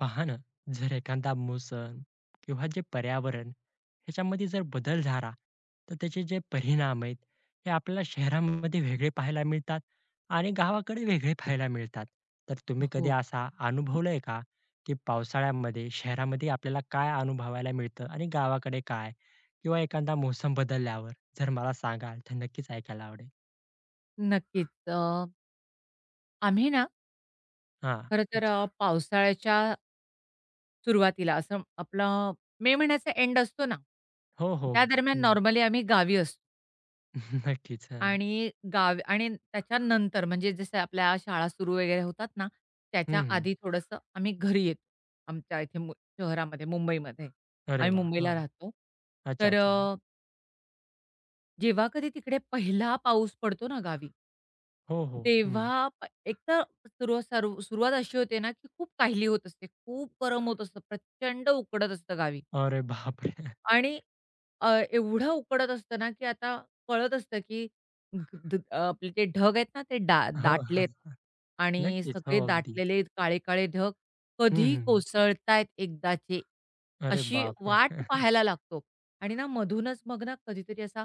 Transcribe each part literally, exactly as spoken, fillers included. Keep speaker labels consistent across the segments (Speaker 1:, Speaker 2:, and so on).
Speaker 1: पहा ना, जर एखादा मुसळ किंवा जे पर्यावरण ह्याच्यामध्ये जर बदल झाला, तर त्याचे जे परिणाम आहेत, हे आपल्याला शहरामध्ये वेगळे पाहायला मिळतात आणि गावाकडे वेगळे पाहायला मिळतात. तर तुम्ही कधी
Speaker 2: हो,
Speaker 1: असा अनुभवलंय का, की पावसाळ्यामध्ये शहरामध्ये आपल्याला काय अनुभवायला मिळतं आणि गावाकडे काय? किंवा एखादा मोसम बदलल्यावर जर मला सांगाल, तर नक्कीच ऐकायला आवडेल.
Speaker 2: नक्कीच. अ, आम्ही ना
Speaker 1: हां,
Speaker 2: खरं तर
Speaker 1: अच्छा.
Speaker 2: अ, पावसाळ्याच्या सुरुवातीला असं आपला मे महिन्याचा एंड असतो ना,
Speaker 1: हो, हो.
Speaker 2: त्या
Speaker 1: अगदी.
Speaker 2: दरम्यान
Speaker 1: हं.
Speaker 2: नॉर्मली आम्ही गावी असतो
Speaker 1: नक्कीच. हां.
Speaker 2: आणि गावी आणि त्याच्यानंतर म्हणजे जसं आपल्या शाळा सुरू वगैरे होतात ना, त्याच्या
Speaker 1: हं,
Speaker 2: आधी थोडंसं आम्ही घरी येतो. आमच्या इथे मु शहरामध्ये, मुंबईमध्ये.
Speaker 1: अरे
Speaker 2: आम्ही
Speaker 1: वाह! हां.
Speaker 2: मुंबईला राहतो.
Speaker 1: अच्छा,
Speaker 2: तर
Speaker 1: अच्छा.
Speaker 2: अ, जेव्हा कधी तिकडे पहिला पाऊस पडतो ना गावी
Speaker 1: हो, हो. हं.
Speaker 2: तेव्हा प एक तर सुरु सर्व सुरुवात अशी होते ना, की खूप काहिली होत असते. खूप गरम होत असतं. प्रचंड उकडत असतं गावी
Speaker 1: अरे बापरे!
Speaker 2: आणि अ, एवढं उकडत असतं ना, की आता कळत असतं, की ग ध अ, आपले ते ढग आहेत ना, ते डा
Speaker 1: हो, हो.
Speaker 2: दाटलेत आणि
Speaker 1: नक्कीच. हो,
Speaker 2: सगळे
Speaker 1: अगदी.
Speaker 2: दाटलेले काळे-काळे ढग
Speaker 1: हं,
Speaker 2: कधी
Speaker 1: हं, हं.
Speaker 2: कोसळतायत एकदाचे,
Speaker 1: अरे
Speaker 2: अशी वाट
Speaker 1: बापरे!
Speaker 2: पाहायला लागतो आणि ना मधूनच मग ना कधीतरी असा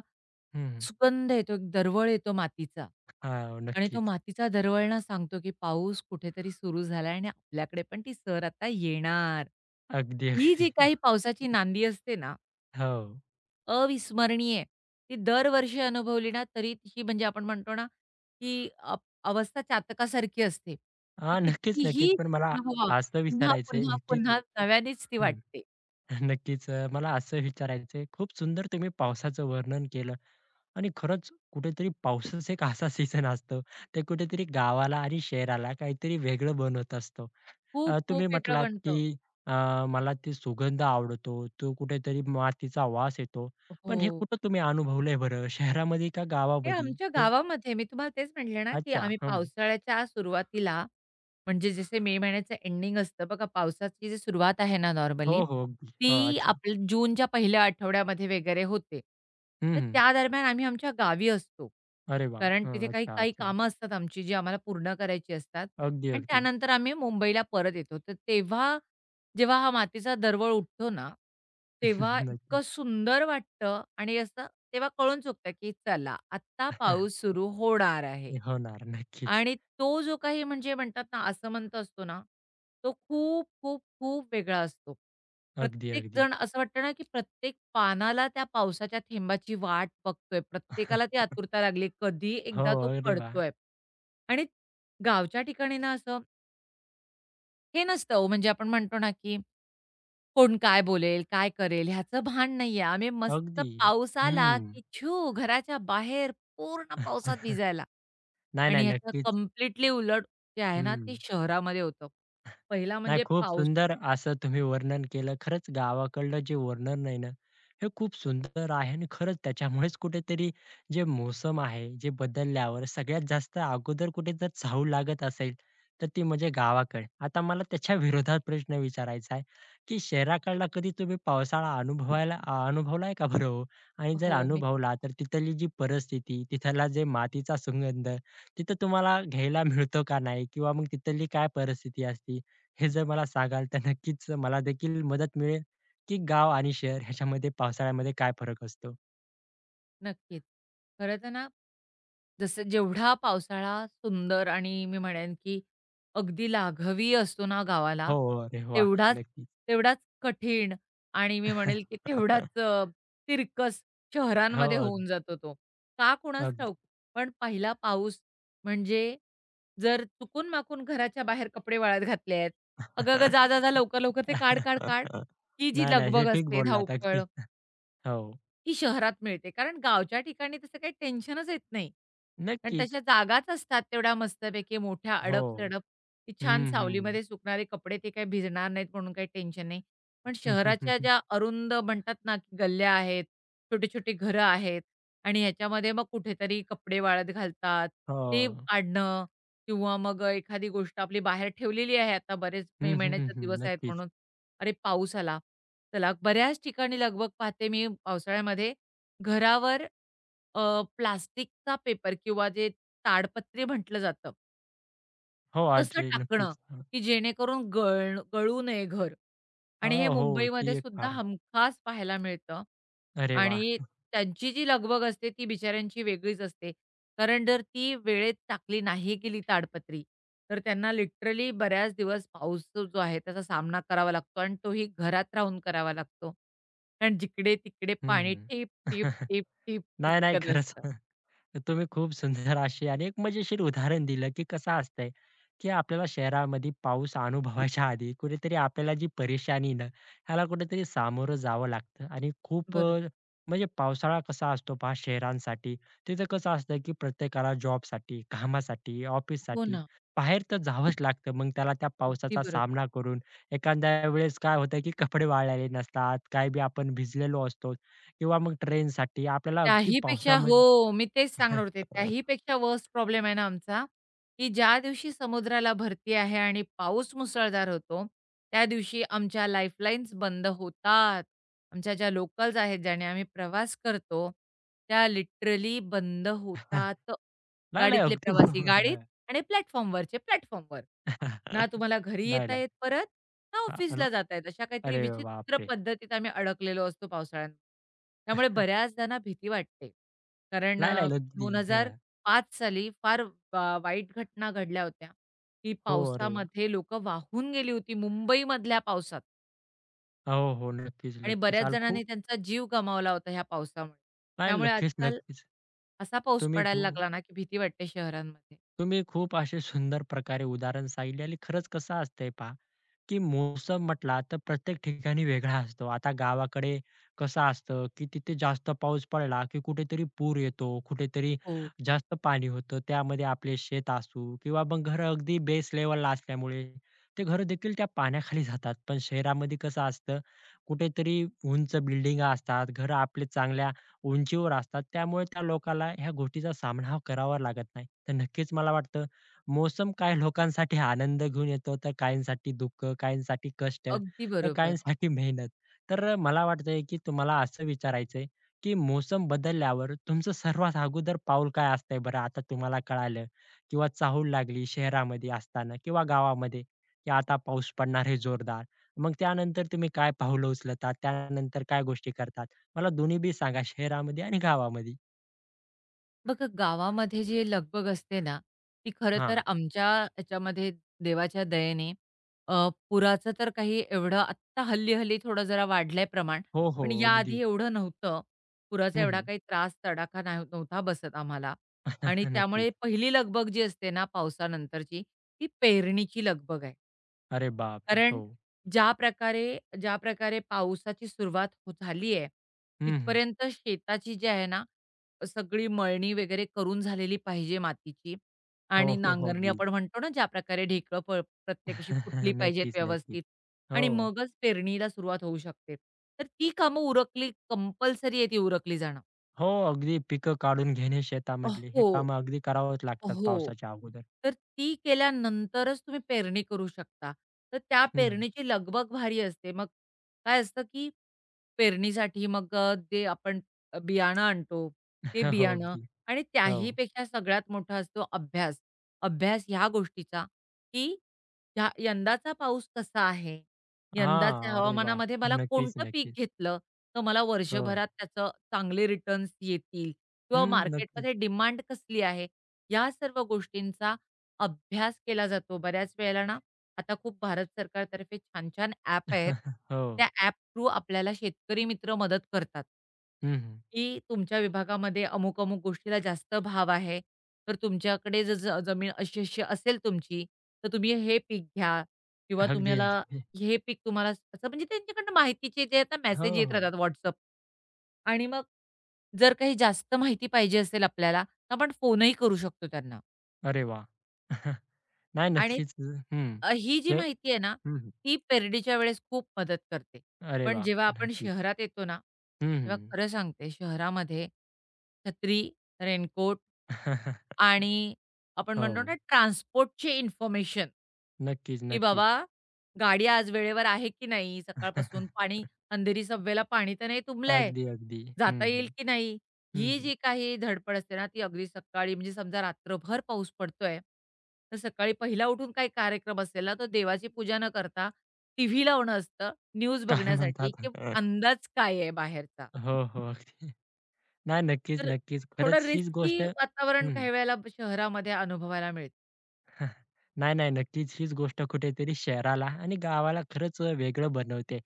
Speaker 1: हं, हं.
Speaker 2: सुगंध येतो, एक दरवळ येतो मातीचा
Speaker 1: हां,
Speaker 2: आणि तो
Speaker 1: नक्कीच.
Speaker 2: मातीचा दरवळणा सांगतो, की पाऊस कुठेतरी सुरू झालाय आणि आपल्याकडे पण ती सर आता येणार.
Speaker 1: अगदी,
Speaker 2: ही
Speaker 1: अगदी.
Speaker 2: जी काही पावसाची नांदी असते ना,
Speaker 1: हो.
Speaker 2: अविस्मरणीय. ती दरवर्षी अनुभवली ना, तरी ही म्हणजे आपण म्हणतो ना, की अ, अवस्था चातकासारखी असते. ती
Speaker 1: हां, नक्कीच,
Speaker 2: कितीही
Speaker 1: नक्कीच. पण मला
Speaker 2: अनुभवा,
Speaker 1: असं
Speaker 2: पुन्हा,
Speaker 1: विचारायचंय
Speaker 2: पुन्हा,
Speaker 1: नक्कीच.
Speaker 2: पुन्हा नव्यानेच ती
Speaker 1: हं.
Speaker 2: वाटते.
Speaker 1: नक्कीच. अ, मला असं विचारायचंय, खूप सुंदर तुम्ही पावसाचं वर्णन केलं आणि खरंच कुठेतरी पावसाचा एक असा सीझन असतो, ते कुठेतरी गावाला आणि शहराला काहीतरी वेगळं बनवत असतो.
Speaker 2: खूप
Speaker 1: अ,
Speaker 2: खूप
Speaker 1: तुम्ही
Speaker 2: वेगळं
Speaker 1: म्हटलात की
Speaker 2: बनतं.
Speaker 1: अ, मला ती सुगंध आवडतो, तो कुठेतरी मातीचा वास येतो.
Speaker 2: हो.
Speaker 1: पण हे कुठं तुम्ही अनुभवलंय बरं? शहरामध्ये का
Speaker 2: हे
Speaker 1: गावामध्ये?
Speaker 2: आमच्या
Speaker 1: हे
Speaker 2: गावामध्ये मी तुम्हाला तेच म्हटले ना, की
Speaker 1: अच्छा.
Speaker 2: आम्ही
Speaker 1: हं.
Speaker 2: पावसाळ्याच्या सुरुवातीला म्हणजे जसे मे महिन्याचं एंडिंग असतं बघा, पावसाची जी सुरुवात आहे ना नॉर्मली,
Speaker 1: हो, हो. अगदी. हो.
Speaker 2: ती
Speaker 1: अच्छा.
Speaker 2: आपल्या जूनच्या पहिल्या आठवड्यामध्ये वगैरे होते.
Speaker 1: हं,
Speaker 2: तर
Speaker 1: हं.
Speaker 2: त्या दरम्यान आम्ही आमच्या गावी असतो.
Speaker 1: अरे वाह!
Speaker 2: कारण
Speaker 1: हं.
Speaker 2: तिथे काही
Speaker 1: अच्छा,
Speaker 2: काही
Speaker 1: अच्छा.
Speaker 2: कामं असतात आमची जी आम्हाला पूर्ण करायची असतात
Speaker 1: अगदी,
Speaker 2: आणि
Speaker 1: अगदी.
Speaker 2: त्यानंतर आम्ही मुंबईला परत येतो. तर तेव्हा जेव्हा हा मातीचा दरवळ उठतो ना, तेव्हा
Speaker 1: नक्कीच.
Speaker 2: इतकं सुंदर वाटतं आणि असं तेव्हा कळून चुकतं, की चला आत्ता पाऊस सुरू होणार आहे.
Speaker 1: होणार. नक्कीच.
Speaker 2: आणि तो जो काही म्हणजे म्हणतात ना, असमंत असतो ना, तो खूप, खूप, खूप वेगळा असतो.
Speaker 1: अगदी, अगदी.
Speaker 2: प्रत्येकजण असं वाटतं ना, की प्रत्येक पानाला त्या पावसाच्या थेंबाची वाट बघतोय. प्रत्येकाला ती आतुरता लागली, कधी
Speaker 1: हो.
Speaker 2: एकदा तो
Speaker 1: अरे वाह!
Speaker 2: पडतोय. आणि गावच्या ठिकाणी ना असं हे नसतं हो, म्हणजे आपण म्हणतो ना, की कोण काय बोलेल, काय करेल ह्याचं भान नाहीये. आम्ही मस्त
Speaker 1: अगदी.
Speaker 2: पाऊस
Speaker 1: हं.
Speaker 2: आला, की छू घराच्या बाहेर पूर्ण पावसात भिजायला.
Speaker 1: नाही,
Speaker 2: आणि
Speaker 1: नाही.
Speaker 2: ह्याच्या
Speaker 1: नक्कीच.
Speaker 2: कम्प्लिटली उलट जे आहे ना, ते
Speaker 1: हं.
Speaker 2: शहरामध्ये होतं. पहिला
Speaker 1: नाही,
Speaker 2: म्हणजे
Speaker 1: खूप
Speaker 2: पाऊस
Speaker 1: सुंदर असं तुम्ही वर्णन केलं. खरंच गावाकडलं जे वर्णन आहे ना, हे खूप सुंदर आहे आणि खरंच त्याच्यामुळेच कुठेतरी जे मोसम आहे, जे बदलल्यावर सगळ्यात जास्त अगोदर कुठे जर चाहूल लागत असेल, तर ती म्हणजे गावाकडे. आता मला त्याच्या विरोधात प्रश्न विचारायचा आहे, की शहराकडला कधी तुम्ही पावसाळा अनुभवायला अ, अनुभवलाय का बरं हो? आणि जर
Speaker 2: हो, मी
Speaker 1: अनुभवला, तर तिथली जी परिस्थिती, तिथला जे मातीचा सुगंध, तिथं तुम्हाला घ्यायला मिळतो का नाही? किंवा मग तिथली काय परिस्थिती असते? हे जर मला सांगाल तर नक्कीच मला देखील मदत मिळेल, की गाव आणि शहर ह्याच्यामध्ये पावसाळ्यामध्ये काय फरक असतो?
Speaker 2: नक्कीच. खरं तर ना जसं जेवढा पावसाळा सुंदर आणि मी म्हणेन, की अगदी लाघवी असतो ना गावाला,
Speaker 1: हो, अरे वाह!
Speaker 2: तेवढाच
Speaker 1: नक्कीच.
Speaker 2: तेवढाच कठीण आणि मी म्हणेल, की तेवढाच अ, तिरकस
Speaker 1: हो,
Speaker 2: शहरांमध्ये
Speaker 1: अग
Speaker 2: होऊन जातो तो. का कुणास
Speaker 1: अगदी.
Speaker 2: ठाऊक? पण पहिला पाऊस म्हणजे जर चुकून-माकून घराच्या बाहेर कपडे वाळत घातले आहेत, "अगं, अगं, जा, जा, जा, लवकर, लवकर ते काढ, काढ, काढ." ही जी
Speaker 1: नाही, नाही. हे
Speaker 2: लगबग
Speaker 1: ठीक
Speaker 2: असते,
Speaker 1: बोललात
Speaker 2: धावपळ
Speaker 1: अगदी. हो,
Speaker 2: ही शहरात मिळते. कारण गावच्या ठिकाणी तसं काही टेन्शनच येत नाही. कारण
Speaker 1: नक्कीच.
Speaker 2: तशा जागाच असतात तेवढ्या मस्तपैकी मोठ्या
Speaker 1: हो.
Speaker 2: अडप की छान
Speaker 1: हं, हं.
Speaker 2: सावलीमध्ये सुकणारे कपडे ते काही भिजणार नाहीत म्हणून काही टेन्शन नाही. पण शहराच्या ज्या अरुंद म्हणतात ना, की गल्ल्या आहेत, छोटी-छोटी घरं आहेत आणि ह्याच्यामध्ये मग कुठेतरी कपडे वाळत घालतात, ते
Speaker 1: हो.
Speaker 2: काढणं किंवा मग अ, एखादी गोष्ट आपली बाहेर ठेवलेली आहे आता बरेच मे
Speaker 1: हं, हं,
Speaker 2: महिन्याचे
Speaker 1: हं.
Speaker 2: दिवस आहेत
Speaker 1: नक्कीच.
Speaker 2: म्हणून. अरे, पाऊस आला. चला बऱ्याच ठिकाणी लगबग पाहते मी पावसाळ्यामध्ये घरावर अ, प्लास्टिकचा पेपर किंवा जे ताडपत्री म्हटलं जातं,
Speaker 1: हो,
Speaker 2: तसं
Speaker 1: आजी
Speaker 2: टाकणं,
Speaker 1: नक्कीच.
Speaker 2: की जेणेकरून गळ गळू नये घर
Speaker 1: हो,
Speaker 2: आणि हे
Speaker 1: हो. ती
Speaker 2: मुंबईमध्ये
Speaker 1: एक
Speaker 2: सुद्धा
Speaker 1: फार
Speaker 2: हमखास पाहायला मिळतं
Speaker 1: अरे
Speaker 2: आणि
Speaker 1: वाह!
Speaker 2: त्यांची जी लगबग असते ती बिचाऱ्यांची वेगळीच असते. कारण जर ती वेळेत टाकली नाही गेली ताडपत्री, तर त्यांना लिटरली बऱ्याच दिवस पाऊस जो आहे त्याचा सामना करावा लागतो आणि तोही घरात राहून करावा लागतो. कारण जिकडे-तिकडे पाणी
Speaker 1: हं.
Speaker 2: टिप, टिप, टिप, टिप
Speaker 1: नाही, नाही.
Speaker 2: टिपकत
Speaker 1: खरंच.
Speaker 2: असतं.
Speaker 1: तुम्ही खूप सुंदर अशी आणि एक मजेशीर उदाहरण दिलं, की कसं असतंय, की आपल्याला शहरामध्ये पाऊस अनुभवायच्या आधी कुठेतरी आपल्याला जी परेशानी ना, ह्याला कुठेतरी सामोरं जावं लागतं आणि खूप
Speaker 2: बरोबर.
Speaker 1: अ, म्हणजे पावसाळा कसा असतो पहा शहरांसाठी, तिथं कसं असतं, की प्रत्येकाला जॉबसाठी, कामासाठी,
Speaker 2: हो
Speaker 1: ऑफिससाठी
Speaker 2: ना.
Speaker 1: बाहेर तर जावंच लागतं. मग त्याला त्या
Speaker 2: अगदी
Speaker 1: पावसाचा
Speaker 2: बरोबर.
Speaker 1: सामना करून एखाद्या वेळेस काय होतं, की कपडे वाळलेले नसतात, काय बी आपण भिजलेलो असतो किंवा मग ट्रेनसाठी आपल्याला अगदी
Speaker 2: त्याहीपेक्षा हो,
Speaker 1: पावसामध्ये
Speaker 2: मी तेच सांगणार होते. त्याहीपेक्षा वर्स्ट प्रॉब्लेम आहे ना आमचा, की ज्या दिवशी समुद्राला भरती आहे आणि पाऊस मुसळधार होतो, त्या दिवशी आमच्या लाईफलाईन्स बंद होतात. आमच्या ज्या लोकल्स आहेत, ज्याने आम्ही प्रवास करतो, त्या लिटरली बंद
Speaker 1: हां.
Speaker 2: होतात.
Speaker 1: नाही, नाही.
Speaker 2: गाडीतले
Speaker 1: अगदी
Speaker 2: प्रवासी
Speaker 1: बरोबर
Speaker 2: गाडीत
Speaker 1: आहे.
Speaker 2: आणि प्लॅटफॉर्मवरचे प्लॅटफॉर्मवर. ना तुम्हाला घरी
Speaker 1: नाही,
Speaker 2: येता
Speaker 1: नाही.
Speaker 2: येत परत, ना
Speaker 1: हां, अन
Speaker 2: ऑफिसला जाता येत. अशा काहीतरी
Speaker 1: अरे
Speaker 2: विचित्र विचित्र
Speaker 1: बापरे!
Speaker 2: पद्धतीत आम्ही अडकलेलो असतो पावसाळ्यात. त्यामुळे बऱ्याचदा ना भीती वाटते. कारण
Speaker 1: नाही,
Speaker 2: अ,
Speaker 1: नाही. अगदी हां.
Speaker 2: दोन हजार पाच साली फार वा वाईट घटना घडल्या होत्या, की
Speaker 1: हो, अरे वाह!
Speaker 2: पावसामध्ये लोकं वाहून गेली होती मुंबईमधल्या पावसात
Speaker 1: हो, हो. नक्कीच,
Speaker 2: आणि
Speaker 1: नक्कीच.
Speaker 2: बऱ्याच
Speaker 1: आणि
Speaker 2: जणांनी
Speaker 1: खूप
Speaker 2: त्यांचा जीव गमावला होता ह्या पावसामुळे.
Speaker 1: नाही,
Speaker 2: त्यामुळे
Speaker 1: नक्कीच,
Speaker 2: आजकाल
Speaker 1: नक्कीच.
Speaker 2: असा पाऊस
Speaker 1: तुम्ही
Speaker 2: पडायला
Speaker 1: खू
Speaker 2: लागला ना, की भीती वाटते शहरांमध्ये.
Speaker 1: तुम्ही खूप असे सुंदर प्रकारे उदाहरण सांगितले आणि खरंच कसं असतंय पहा, की मोसम म्हटला तर प्रत्येक ठिकाणी वेगळा असतो. आता गावाकडे कसं असतं, की तिथे जास्त पाऊस पडला, की कुठेतरी पूर येतो, कुठेतरी
Speaker 2: हो,
Speaker 1: जास्त पाणी होतं. त्यामध्ये आपले शेत असू किंवा मग घरं अगदी बेस लेव्हलला असल्यामुळे ते घरं देखील त्या पाण्याखाली जातात. पण शहरामध्ये कसं असतं, कुठेतरी उंच बिल्डिंगा असतात, घरं आपले चांगल्या उंचीवर असतात. त्यामुळे त्या लोकाला ह्या गोष्टीचा सामना हा करावा लागत नाही. तर नक्कीच मला वाटतं मोसम काही लोकांसाठी आनंद घेऊन येतो, तर काहींसाठी दुःख, काहींसाठी कष्ट,
Speaker 2: अगदी
Speaker 1: तर
Speaker 2: बरोबर.
Speaker 1: काहींसाठी मेहनत. तर मला वाटतंय की तुम्हाला असं विचारायचंय की मोसम बदलल्यावर तुमचं सर्वात अगोदर पाऊल काय असतंय बरं? आता तुम्हाला कळालं किंवा चाहूल लागली शहरामध्ये असताना किंवा गावामध्ये की आता पाऊस पडणार आहे जोरदार. मग त्यानंतर तुम्ही काय पाऊलं उचलतात? त्यानंतर काय गोष्टी करतात? मला दोन्ही बी सांगा शहरामध्ये आणि गावामध्ये?
Speaker 2: बघा गावामध्ये जी लगबग असते ना, ती खरं तर
Speaker 1: हां.
Speaker 2: आमच्या ह्याच्यामध्ये देवाच्या दयेने अ, पुराचं तर काही एवढं आत्ता हल्ली-हल्ली थोडं जरा वाढलंय प्रमाण,
Speaker 1: हो, हो.
Speaker 2: पण
Speaker 1: अगदी.
Speaker 2: याआधी एवढं नव्हतं. पुराचा
Speaker 1: हं,
Speaker 2: एवढा
Speaker 1: हं.
Speaker 2: काही त्रास, तडाखा नाही नव्हता बसत आम्हाला आणि
Speaker 1: नक्कीच.
Speaker 2: त्यामुळे पहिली लगबग जी असते ना पावसानंतरची, ती पेरणीची लगबग आहे.
Speaker 1: अरे बापरे! हो.
Speaker 2: कारण ज्या प्रकारे ज्या प्रकारे पावसाची सुरुवात हो झाली आहे,
Speaker 1: हं, हं.
Speaker 2: तिथपर्यंत शेताची जी आहे ना, सगळी मळणी वगैरे करून झालेली पाहिजे मातीची
Speaker 1: हो,
Speaker 2: आणि
Speaker 1: हो, हो.
Speaker 2: नांगरणी
Speaker 1: अगदी.
Speaker 2: आपण म्हणतो ना, ज्या प्रकारे ढेकळं प प्रत्येक अशी फुटली पाहिजेत
Speaker 1: नक्कीच, नक्कीच.
Speaker 2: व्यवस्थित
Speaker 1: हो.
Speaker 2: आणि मगच पेरणीला सुरुवात होऊ शकते. तर ती कामं उरकली कंपल्सरी आहे ती उरकली जाणं.
Speaker 1: हो, अगदी पिकं काढून घेणे
Speaker 2: अ,
Speaker 1: शेतामधले हे
Speaker 2: हो.
Speaker 1: कामं अगदी करावंच लागतात
Speaker 2: हो.
Speaker 1: पावसाच्या अगोदर.
Speaker 2: तर ती केल्यानंतरच तुम्ही पेरणी करू शकता. तर त्या
Speaker 1: हं, हं.
Speaker 2: पेरणीची लगबग भारी असते. मग काय असतं, की पेरणीसाठी मग अ, जे आपण बियाणं आणतो, ते
Speaker 1: हो,
Speaker 2: बियाणं
Speaker 1: अगदी.
Speaker 2: आणि
Speaker 1: हो.
Speaker 2: त्याही पेक्षा सगळ्यात मोठा असतो अभ्यास. अभ्यास ह्या गोष्टीचा, की ह्या यंदाचा पाऊस कसा आहे? यंदाच्या
Speaker 1: हां. अरे वा
Speaker 2: हवामानामध्ये मला
Speaker 1: नक्कीच,
Speaker 2: कोणतं पीक
Speaker 1: नक्कीच.
Speaker 2: घेतलं, तर मला
Speaker 1: हो.
Speaker 2: वर्षभरात त्याचं चांगले रिटर्न्स येतील किंवा
Speaker 1: हं. नक्कीच.
Speaker 2: मार्केटमध्ये डिमांड कसली आहे? या सर्व गोष्टींचा अभ्यास केला जातो. बऱ्याच वेळेला ना, आता खूप भारत सरकारतर्फे छान-छान ॲप आहेत.
Speaker 1: हो.
Speaker 2: त्या ॲप थ्रू आपल्याला शेतकरी मित्र मदत करतात.
Speaker 1: हं,
Speaker 2: की तुमच्या विभागामध्ये अमुक-अमुक गोष्टीला जास्त भाव आहे. तर तुमच्याकडे जर ज जमीन अशी-अशी असेल तुमची, तर तुम्ही हे पीक घ्या किंवा
Speaker 1: अगदी,
Speaker 2: तुम्हाला
Speaker 1: अगदी.
Speaker 2: हे पीक तुम्हाला स- असं म्हणजे त्यांच्याकडनं माहितीचे जे आता
Speaker 1: हो,
Speaker 2: मेसेज येत
Speaker 1: हो.
Speaker 2: राहतात WhatsApp आणि मग जर काही जास्त माहिती पाहिजे असेल आपल्याला आपण फोनही करू शकतो त्यांना
Speaker 1: अरे वाह! नाही
Speaker 2: आणि
Speaker 1: नक्कीच. हं.
Speaker 2: अ, ही जी
Speaker 1: हे
Speaker 2: माहिती आहे ना,
Speaker 1: हं.
Speaker 2: ती पेरडीच्या वेळेस खूप मदत करते.
Speaker 1: अरे
Speaker 2: पण
Speaker 1: वाह!
Speaker 2: जेव्हा आपण
Speaker 1: नक्कीच.
Speaker 2: शहरात येतो ना,
Speaker 1: हं,
Speaker 2: तेव्हा
Speaker 1: हं.
Speaker 2: खरं सांगते शहरामध्ये छत्री, रेनकोट आणि आपण म्हणतो ना
Speaker 1: हो.
Speaker 2: ट्रान्सपोर्टची इन्फॉर्मेशन,
Speaker 1: नक्कीच,
Speaker 2: की
Speaker 1: नक्कीच.
Speaker 2: बाबा गाडी आज वेळेवर आहे की नाही सकाळपासून? पाणी अंधेरी सबवेला पाणी तर नाही तुंबलंय?
Speaker 1: अगदी, अगदी. हं,
Speaker 2: जाता येईल
Speaker 1: हं.
Speaker 2: की नाही?
Speaker 1: हं,
Speaker 2: ही
Speaker 1: हं.
Speaker 2: जी काही धडपड असते ना, ती अगदी सकाळी म्हणजे समजा रात्रभर पाऊस पडतोय, तर सकाळी पहिला उठून काही कार्यक्रम असेल ना, तर देवाची पूजा न करता टीव्ही लावणं असतं न्यूज
Speaker 1: काय
Speaker 2: बघण्यासाठी,
Speaker 1: म्हणतात?
Speaker 2: की अंदाज काय आहे बाहेरचा.
Speaker 1: हो, हो. अगदी. नाही, नक्कीच,
Speaker 2: तर
Speaker 1: नक्कीच.
Speaker 2: थोडं
Speaker 1: खरंच हीच
Speaker 2: रिस्की
Speaker 1: गोष्ट
Speaker 2: वातावरण
Speaker 1: हं.
Speaker 2: काही वेळेला शहरामध्ये अनुभवायला मिळतं.
Speaker 1: नाही, नाही. नक्कीच हीच गोष्ट कुठेतरी शहराला आणि गावाला खरंच अ, वेगळं बनवते.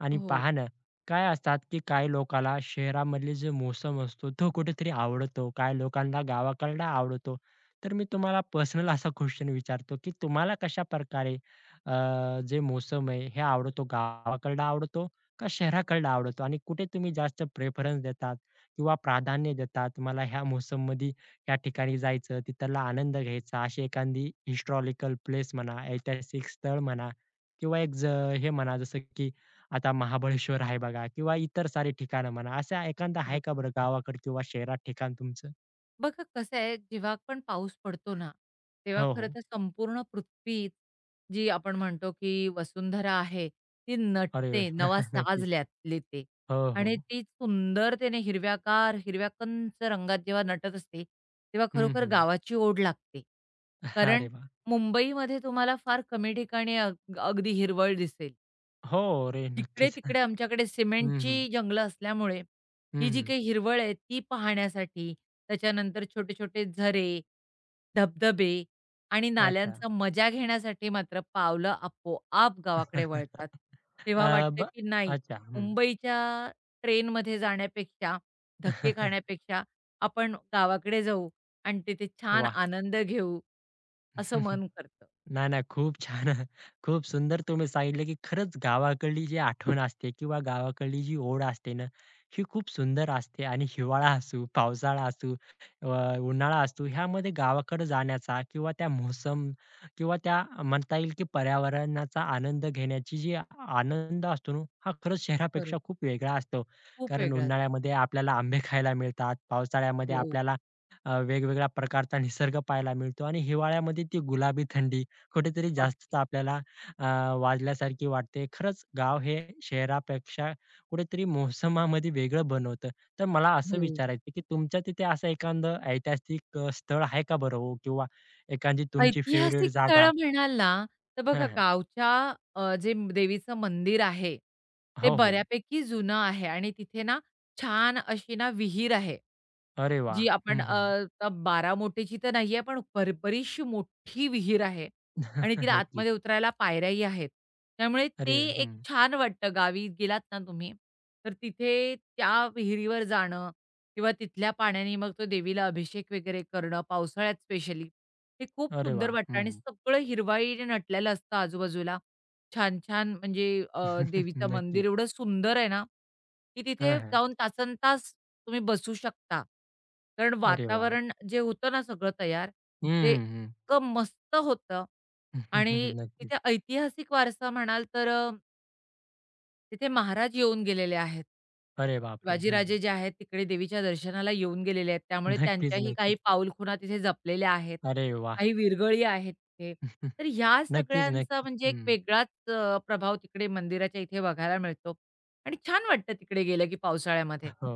Speaker 1: आणि
Speaker 2: हो,
Speaker 1: पहा ना, काय असतात की काही लोकाला शहरामधले जे मौसम असतो तो कुठेतरी आवडतो, काही लोकांना गावाकडला आवडतो. तर मी तुम्हाला पर्सनल असा क्वेशन विचारतो की तुम्हाला कशाप्रकारे अ, जे मौसम आहे हे आवडतो, गावाकडला आवडतो का शहराकडला आवडतो? आणि कुठे तुम्ही जास्त प्रेफरन्स देतात किंवा प्राधान्य देतात, मला ह्या मौसममध्ये त्या ठिकाणी जायचं, तिथला आनंद घ्यायचा. अशी एखादी हिस्टॉरिकल प्लेस म्हणा, ऐतिहासिक स्थळ म्हणा किंवा एक ज हे म्हणा जसं की आता महाबळेश्वर आहे बघा किंवा इतर सारी ठिकाणं म्हणा. असा एखादा आहे का बरं गावाकडं किंवा शहरात ठिकाण तुमचं?
Speaker 2: बघा कसं आहे, जेव्हा पण पाऊस पडतो ना, तेव्हा
Speaker 1: हो,
Speaker 2: खरं
Speaker 1: हो.
Speaker 2: तर संपूर्ण पृथ्वी, जी आपण म्हणतो की वसुंधरा आहे, ती
Speaker 1: अरे!
Speaker 2: नटते, नवा साज
Speaker 1: नक्कीच.
Speaker 2: ल्यात लेते
Speaker 1: हो,
Speaker 2: आणि
Speaker 1: हो.
Speaker 2: ती सुंदरतेने हिरव्यागार, हिरव्या कंच रंगात जेव्हा नटत असते, तेव्हा
Speaker 1: हं,
Speaker 2: खरोखर
Speaker 1: हं.
Speaker 2: गावाची ओढ लागते. कारण
Speaker 1: अरे वाह!
Speaker 2: मुंबईमध्ये तुम्हाला फार कमी ठिकाणी अग अगदी हिरवळ दिसेल.
Speaker 1: हो, अरे नक्कीच.
Speaker 2: जिकडे-तिकडे आमच्याकडे
Speaker 1: हं,
Speaker 2: सिमेंटची
Speaker 1: हं.
Speaker 2: जंगलं असल्यामुळे,
Speaker 1: हं,
Speaker 2: ही जी
Speaker 1: हं.
Speaker 2: काही हिरवळ आहे ती पाहण्यासाठी, त्याच्यानंतर छोटे-छोटे झरे, धबधबे आणि
Speaker 1: अच्छा.
Speaker 2: नाल्यांचा मजा घेण्यासाठी मात्र पावलं आपोआप गावाकडे वळतात. तेव्हा
Speaker 1: अ,
Speaker 2: वाटतं
Speaker 1: ब
Speaker 2: की नाही,
Speaker 1: अच्छा. हं.
Speaker 2: मुंबईच्या ट्रेनमध्ये जाण्यापेक्षा, धक्के खाण्यापेक्षा आपण गावाकडे जाऊ आणि तिथे छान
Speaker 1: वाह!
Speaker 2: आनंद घेऊ, असं मन करतं.
Speaker 1: नाही, नाही. खूप छान. खूप सुंदर तुम्ही सांगितलं, की खरंच गावाकडली जी आठवण असते किंवा गावाकडली जी ओढ असते ना, ही खूप सुंदर असते आणि हिवाळा असू, पावसाळा असू, अ, उन्हाळा असू, ह्यामध्ये गावाकडं जाण्याचा किंवा त्या मोसम किंवा त्या म्हणता येईल, की पर्यावरणाचा आनंद घेण्याची जी आ- आनंद असतो ना, हा खरंच शहरापेक्षा
Speaker 2: बरोबर.
Speaker 1: खूप वेगळा असतो.
Speaker 2: खूप
Speaker 1: कारण
Speaker 2: वेगळं
Speaker 1: उन्हाळ्यामध्ये आपल्याला आंबे खायला मिळतात, पावसाळ्यामध्ये
Speaker 2: हो,
Speaker 1: आपल्याला अ, वेगवेगळ्या प्रकारचा निसर्ग पाहायला मिळतो आणि हिवाळ्यामध्ये ती गुलाबी थंडी कुठेतरी जास्तच
Speaker 2: अगदी.
Speaker 1: आपल्याला अ, वाजल्यासारखी वाटते. खरंच गाव हे शहरापेक्षा कुठेतरी मोसमामध्ये वेगळं बनवतं. तर मला असं
Speaker 2: हो.
Speaker 1: विचारायचं की तुमच्या तिथे असं एखादं ऐतिहासिक अ, स्थळ आहे का बरं हो? किंवा एखादी तुमची फेव्हरेट
Speaker 2: ऐतिहासिक
Speaker 1: जागा?
Speaker 2: स्थळं म्हणाल ना, तर
Speaker 1: हां,
Speaker 2: बघा
Speaker 1: हां.
Speaker 2: गावच्या अ, जे देवीचं मंदिर आहे, ते
Speaker 1: हो, हो.
Speaker 2: बऱ्यापैकी जुनं आहे आणि तिथे ना छान अशी ना विहीर आहे.
Speaker 1: अरे वाह!
Speaker 2: जी आपण
Speaker 1: हं,
Speaker 2: अ,
Speaker 1: हं.
Speaker 2: आता बारामोटेची तर नाहीये, पण बर बरीचशी मोठी विहीर आहे आणि तिला
Speaker 1: नक्कीच.
Speaker 2: आतमध्ये उतरायला पायऱ्याही आहेत. त्यामुळे ते
Speaker 1: अरे
Speaker 2: एक
Speaker 1: हं.
Speaker 2: छान वाटतं गावी गेलात ना तुम्ही, तर तिथे त्या विहिरीवर जाणं किंवा तिथल्या पाण्याने मग तो देवीला अभिषेक वगैरे करणं, पावसाळ्यात स्पेशली, हे खूप
Speaker 1: अरे
Speaker 2: सुंदर
Speaker 1: वाह!
Speaker 2: वाटतं आणि सगळं हिरवाईने नटलेलं असतं आजूबाजूला. छान-छान म्हणजे अ,
Speaker 1: हं, हं.
Speaker 2: देवीचं
Speaker 1: नक्कीच.
Speaker 2: मंदिर एवढं सुंदर आहे ना, की
Speaker 1: हां,
Speaker 2: तिथे
Speaker 1: हां.
Speaker 2: जाऊन तासनतास तुम्ही बसू शकता. कारण
Speaker 1: अरे वाह!
Speaker 2: वातावरण जे होतं ना सगळं तयार, ते
Speaker 1: हं, हं.
Speaker 2: इतकं मस्त होतं आणि
Speaker 1: नक्कीच.
Speaker 2: तिथे ऐतिहासिक वारसा म्हणाल तर तिथे महाराज येऊन गेलेले आहेत.
Speaker 1: अरे बापरे! हं, हं.
Speaker 2: शिवाजीराजे जे आहेत तिकडे देवीच्या दर्शनाला येऊन गेलेले आहेत. त्यामुळे
Speaker 1: नक्कीच,
Speaker 2: त्यांच्याही काही
Speaker 1: नक्कीच.
Speaker 2: पाऊलखुणा तिथे जपलेल्या आहेत.
Speaker 1: अरे वाह!
Speaker 2: काही विरगळी आहेत तिथे. तर ह्या
Speaker 1: नक्कीच,
Speaker 2: सगळ्यांचा
Speaker 1: नक्कीच.
Speaker 2: म्हणजे एक
Speaker 1: हं.
Speaker 2: वेगळाच अ, प्रभाव तिकडे मंदिराच्या इथे बघायला मिळतो आणि छान वाटतं तिकडे गेलं की पावसाळ्यामध्ये.
Speaker 1: हो.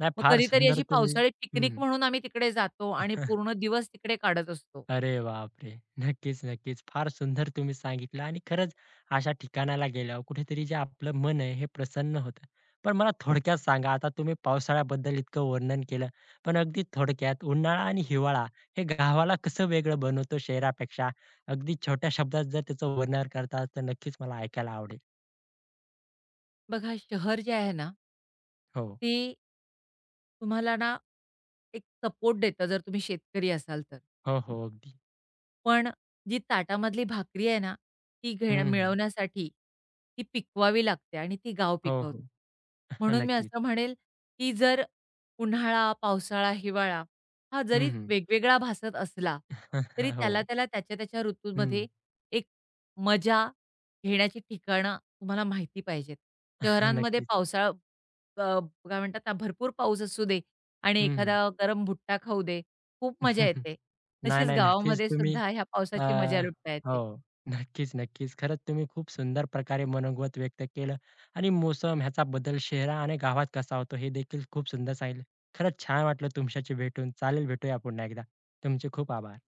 Speaker 1: नाही
Speaker 2: मग
Speaker 1: फार
Speaker 2: कधीतरी
Speaker 1: सुंदर
Speaker 2: अशी
Speaker 1: तुम्ही
Speaker 2: पावसाळी
Speaker 1: हं,
Speaker 2: पिकनिक
Speaker 1: हं.
Speaker 2: म्हणून आम्ही तिकडे जातो आणि पूर्ण दिवस तिकडे काढत असतो.
Speaker 1: अरे बापरे! नक्कीच, नक्कीच. फार सुंदर तुम्ही सांगितलं आणि खरंच अशा ठिकाणाला गेल्यावर कुठेतरी जे आपलं मन आहे हे प्रसन्न होतं. पण मला थोडक्यात सांगा आता तुम्ही पावसाळ्याबद्दल इतकं वर्णन केलं, पण अगदी थोडक्यात उन्हाळा आणि हिवाळा हे गावाला कसं वेगळं बनवतो शहरापेक्षा? अगदी छोट्या शब्दात जर त्याचं वर्णन करताल तर नक्कीच मला ऐकायला आवडेल.
Speaker 2: बघा शहर जे आहे ना
Speaker 1: हो.
Speaker 2: ते तुम्हाला ना एक सपोर्ट देतं जर तुम्ही शेतकरी असाल तर.
Speaker 1: हो, हो. अगदी.
Speaker 2: पण जी ताटामधली भाकरी आहे ना, ती घेण्या
Speaker 1: हं, हं.
Speaker 2: मिळवण्यासाठी ती पिकवावी लागते आणि ती गाव
Speaker 1: हो, हो.
Speaker 2: पिकवते. म्हणून मी
Speaker 1: नक्कीच.
Speaker 2: असं म्हणेल, की जर उन्हाळा, पावसाळा, हिवाळा हा
Speaker 1: हं,
Speaker 2: जरी
Speaker 1: हं.
Speaker 2: वेगवेगळा भासत असला, तरी त्याला,
Speaker 1: हो.
Speaker 2: त्याला त्याच्या, त्याच्या
Speaker 1: हं.
Speaker 2: ऋतूमध्ये एक मजा घेण्याची ठिकाणं तुम्हाला माहिती पाहिजेत. शहरांमध्ये
Speaker 1: नक्कीच.
Speaker 2: पावसाळा अ, काय म्हणतात ना, भरपूर पाऊस असू दे आणि
Speaker 1: हं,
Speaker 2: एखादा गरम भुट्टा खाऊ दे, खूप मजा येते.
Speaker 1: नाही,
Speaker 2: तशीच
Speaker 1: नाही. नक्कीच
Speaker 2: गावामध्ये
Speaker 1: तुम्ही
Speaker 2: सुद्धा ह्या
Speaker 1: अ,
Speaker 2: पावसाची मजा लुटता येते.
Speaker 1: हो. नक्कीच, नक्कीच. खरंच तुम्ही खूप सुंदर प्रकारे मनोगत व्यक्त केलं आणि मोसम ह्याचा बदल शहरा आणि गावात कसा होतो हे देखील खूप सुंदर सांगितलं. खरंच छान वाटलं तुमच्याशी भेटून. चालेल, भेटूया पुन्हा एकदा. तुमचे खूप आभार.